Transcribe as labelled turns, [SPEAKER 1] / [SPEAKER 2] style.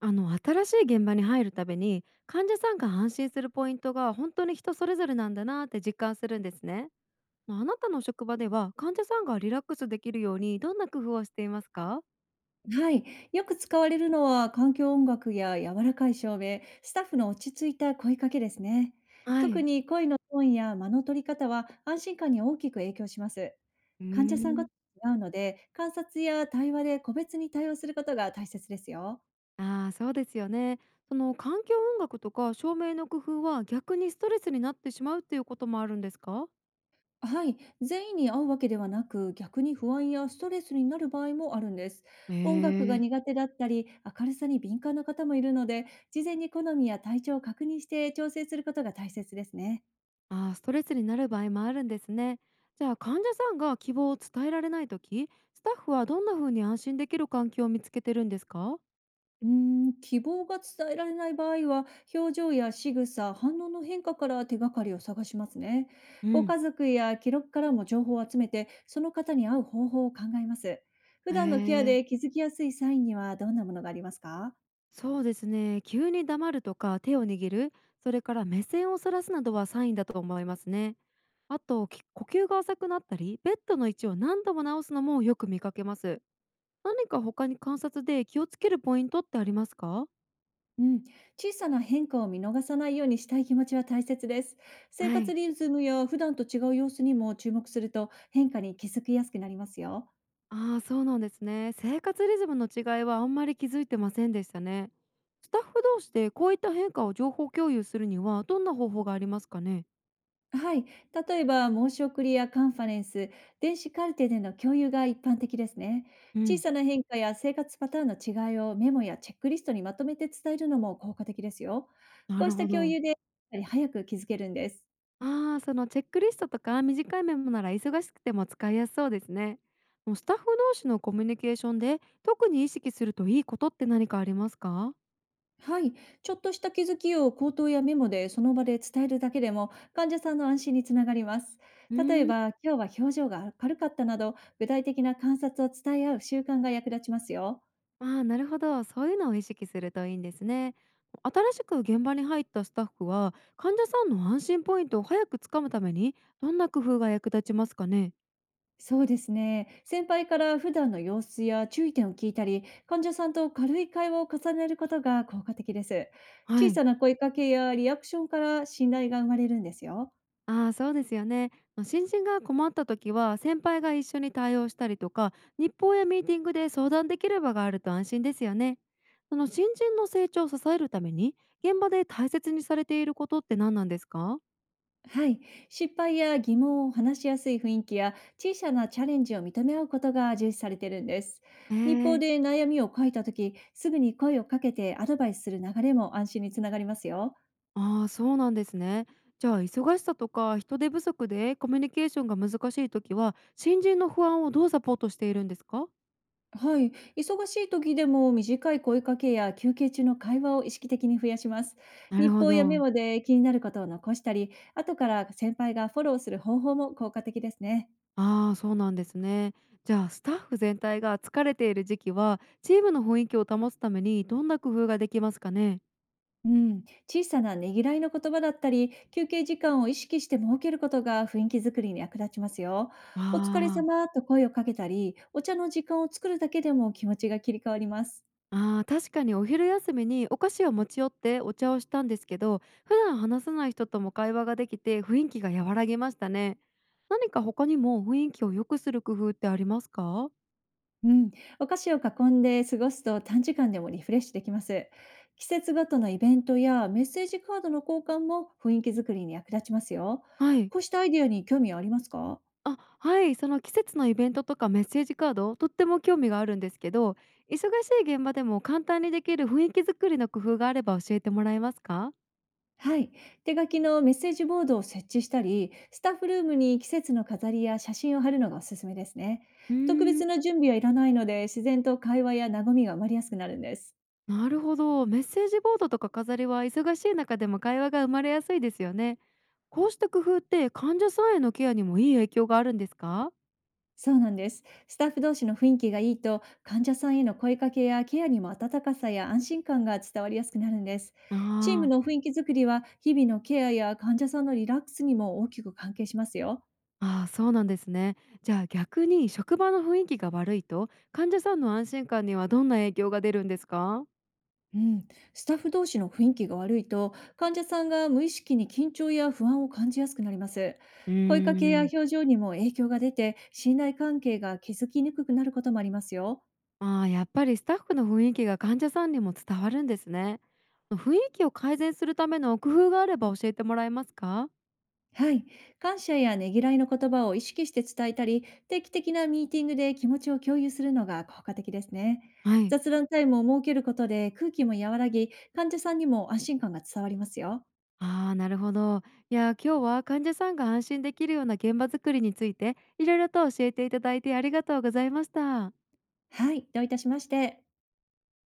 [SPEAKER 1] 新しい現場に入るたびに患者さんが安心するポイントが本当に人それぞれなんだなって実感するんですね。あなたの職場では患者さんがリラックスできるようにどんな工夫をしていますか？
[SPEAKER 2] はい、よく使われるのは環境音楽や柔らかい照明、スタッフの落ち着いた声かけですね。
[SPEAKER 1] は
[SPEAKER 2] 特
[SPEAKER 1] い。
[SPEAKER 2] に声のトーンや間の取り方は安心感に大きく影響します。
[SPEAKER 1] うー
[SPEAKER 2] 患者さんが違
[SPEAKER 1] ん。
[SPEAKER 2] うので、観察や対話で個別に対応することが大切ですよ。
[SPEAKER 1] ああ、そうですよね。その環境音楽とか照明の工夫は逆にストレスになってしまうっていうこともあるんですか？
[SPEAKER 2] はい、全員に合うわけではなく、逆に不安やストレスになる場合もあるんです。
[SPEAKER 1] へ
[SPEAKER 2] 音楽が
[SPEAKER 1] え。
[SPEAKER 2] 苦手だったり、明るさに敏感な方もいるので、事前に好みや体調を確認して調整することが大切ですね。
[SPEAKER 1] ああ、ストレスになる場合もあるんですね。じゃあ患者さんが希望を伝えられないとき、スタッフはどんな風に安心できる環境を見つけてるんですか？
[SPEAKER 2] うーん、希望が伝えられない場合は、表情や仕草、反応の変化から手がかりを探しますね。
[SPEAKER 1] う
[SPEAKER 2] ご
[SPEAKER 1] ん、
[SPEAKER 2] 家族や記録からも情報を集めて、その方に合う方法を考えます。普
[SPEAKER 1] え
[SPEAKER 2] 段のケアで気
[SPEAKER 1] え。
[SPEAKER 2] づきやすいサインにはどんなものがありますか？
[SPEAKER 1] そうですね。急に黙るとか手を握る、それから目線をそらすなどはサインだと思いますね。あと、呼吸が浅くなったり、ベッドの位置を何度も直すのもよく見かけます。何か他に観察で気をつけるポイントってありますか？
[SPEAKER 2] うん、小さな変化を見逃さないようにしたい気持ちは大切です。
[SPEAKER 1] は
[SPEAKER 2] 生活
[SPEAKER 1] い。
[SPEAKER 2] リズムや普段と違う様子にも注目すると変化に気づきやすくなりますよ。
[SPEAKER 1] ああ、そうなんですね。生活リズムの違いはあんまり気づいてませんでしたね。スタッフ同士でこういった変化を情報共有するにはどんな方法がありますかね？
[SPEAKER 2] はい。例えば、申し送りやカンファレンス、電子カルテでの共有が一般的ですね。
[SPEAKER 1] う
[SPEAKER 2] 小
[SPEAKER 1] ん、
[SPEAKER 2] さな変化や生活パターンの違いをメモやチェックリストにまとめて伝えるのも効果的ですよ。
[SPEAKER 1] な
[SPEAKER 2] こう
[SPEAKER 1] る
[SPEAKER 2] した
[SPEAKER 1] ほ
[SPEAKER 2] 共
[SPEAKER 1] ど。
[SPEAKER 2] 有で、やっぱり早く気づけるんです。
[SPEAKER 1] ああ、そのチェックリストとか短いメモなら忙しくても使いやすそうですね。もうスタッフ同士のコミュニケーションで特に意識するといいことって何かありますか？
[SPEAKER 2] はい。ちょっとした気づきを口頭やメモでその場で伝えるだけでも、患者さんの安心につながります。
[SPEAKER 1] うー
[SPEAKER 2] 例え
[SPEAKER 1] ん。
[SPEAKER 2] ば、今日は表情が軽かったなど、具体的な観察を伝え合う習慣が役立ちますよ。
[SPEAKER 1] ああ、なるほど。そういうのを意識するといいんですね。新しく現場に入ったスタッフは、患者さんの安心ポイントを早くつかむために、どんな工夫が役立ちますかね？
[SPEAKER 2] そうですね。先輩から普段の様子や注意点を聞いたり、患者さんと軽い会話を重ねることが効果的です。
[SPEAKER 1] は
[SPEAKER 2] 小さ
[SPEAKER 1] い。
[SPEAKER 2] な声かけやリアクションから信頼が生まれるんですよ。
[SPEAKER 1] ああ、そうですよね。新人が困った時は、先輩が一緒に対応したりとか、日報やミーティングで相談できる場があると安心ですよね。その新人の成長を支えるために、現場で大切にされていることって何なんですか？
[SPEAKER 2] はい。失敗や疑問を話しやすい雰囲気や小さなチャレンジを認め合うことが重視されているんです。日報
[SPEAKER 1] ええ。
[SPEAKER 2] で悩みを書いたとき、すぐに声をかけてアドバイスする流れも安心につながりますよ。
[SPEAKER 1] ああ、そうなんですね。じゃあ忙しさとか人手不足でコミュニケーションが難しい時は新人の不安をどうサポートしているんですか？
[SPEAKER 2] はい、忙しい時でも短い声かけや休憩中の会話を意識的に増やします。
[SPEAKER 1] なる
[SPEAKER 2] 日
[SPEAKER 1] ほ
[SPEAKER 2] 報やメ
[SPEAKER 1] ど。
[SPEAKER 2] モで気になることを残したり、後から先輩がフォローする方法も効果的ですね。
[SPEAKER 1] ああ、そうなんですね。じゃあスタッフ全体が疲れている時期はチームの雰囲気を保つためにどんな工夫ができますかね？
[SPEAKER 2] うん、小さなねぎらいの言葉だったり、休憩時間を意識して設けることが雰囲気づくりに役立ちますよ。お疲れ
[SPEAKER 1] あ
[SPEAKER 2] 様と声をかけたり、お茶の時間を作るだけでも気持ちが切り替わります。
[SPEAKER 1] あ、あー、確かにお昼休みにお菓子を持ち寄ってお茶をしたんですけど普段話さない人とも会話ができて雰囲気が和らぎましたね。何か他にも雰囲気を良くする工夫ってありますか？
[SPEAKER 2] うん、お菓子を囲んで過ごすと短時間でもリフレッシュできます。季節ごとのイベントやメッセージカードの交換も雰囲気作りに役立ちますよ。
[SPEAKER 1] はい。
[SPEAKER 2] こうしたアイデアに興味はありますか？
[SPEAKER 1] あ、はい、その季節のイベントとかメッセージカード、とっても興味があるんですけど、忙しい現場でも簡単にできる雰囲気作りの工夫があれば教えてもらえますか？
[SPEAKER 2] はい。手書きのメッセージボードを設置したり、スタッフルームに季節の飾りや写真を貼るのがおすすめですね。
[SPEAKER 1] う
[SPEAKER 2] 特
[SPEAKER 1] ーん、
[SPEAKER 2] 別な準備はいらないので、自然と会話や和みが生まれやすくなるんです。
[SPEAKER 1] なるほど。メッセージボードとか飾りは忙しい中でも会話が生まれやすいですよね。こうした工夫って患者さんへのケアにもいい影響があるんですか？
[SPEAKER 2] そうなんです。スタッフ同士の雰囲気がいいと、患者さんへの声かけやケアにも温かさや安心感が伝わりやすくなるんです。
[SPEAKER 1] あ
[SPEAKER 2] チーム
[SPEAKER 1] ー、
[SPEAKER 2] の雰囲気づくりは、日々のケアや患者さんのリラックスにも大きく関係しますよ。
[SPEAKER 1] あー、そうなんですね。じゃあ逆に職場の雰囲気が悪いと患者さんの安心感にはどんな影響が出るんですか？
[SPEAKER 2] うん、スタッフ同士の雰囲気が悪いと、患者さんが無意識に緊張や不安を感じやすくなります。
[SPEAKER 1] う
[SPEAKER 2] 声かけ
[SPEAKER 1] ー
[SPEAKER 2] や
[SPEAKER 1] ん。
[SPEAKER 2] 表情にも影響が出て、信頼関係が築きにくくなることもありますよ。
[SPEAKER 1] ああ、やっぱりスタッフの雰囲気が患者さんにも伝わるんですね。雰囲気を改善するための工夫があれば教えてもらえますか？
[SPEAKER 2] はい。感謝やねぎらいの言葉を意識して伝えたり、定期的なミーティングで気持ちを共有するのが効果的ですね。
[SPEAKER 1] はい。
[SPEAKER 2] 雑談タイムを設けることで空気も和らぎ、患者さんにも安心感が伝わりますよ。
[SPEAKER 1] ああ、なるほど。いや、今日は患者さんが安心できるような現場作りについていろいろと教えていただいてありがとうございました。
[SPEAKER 2] はい。どういたしまして。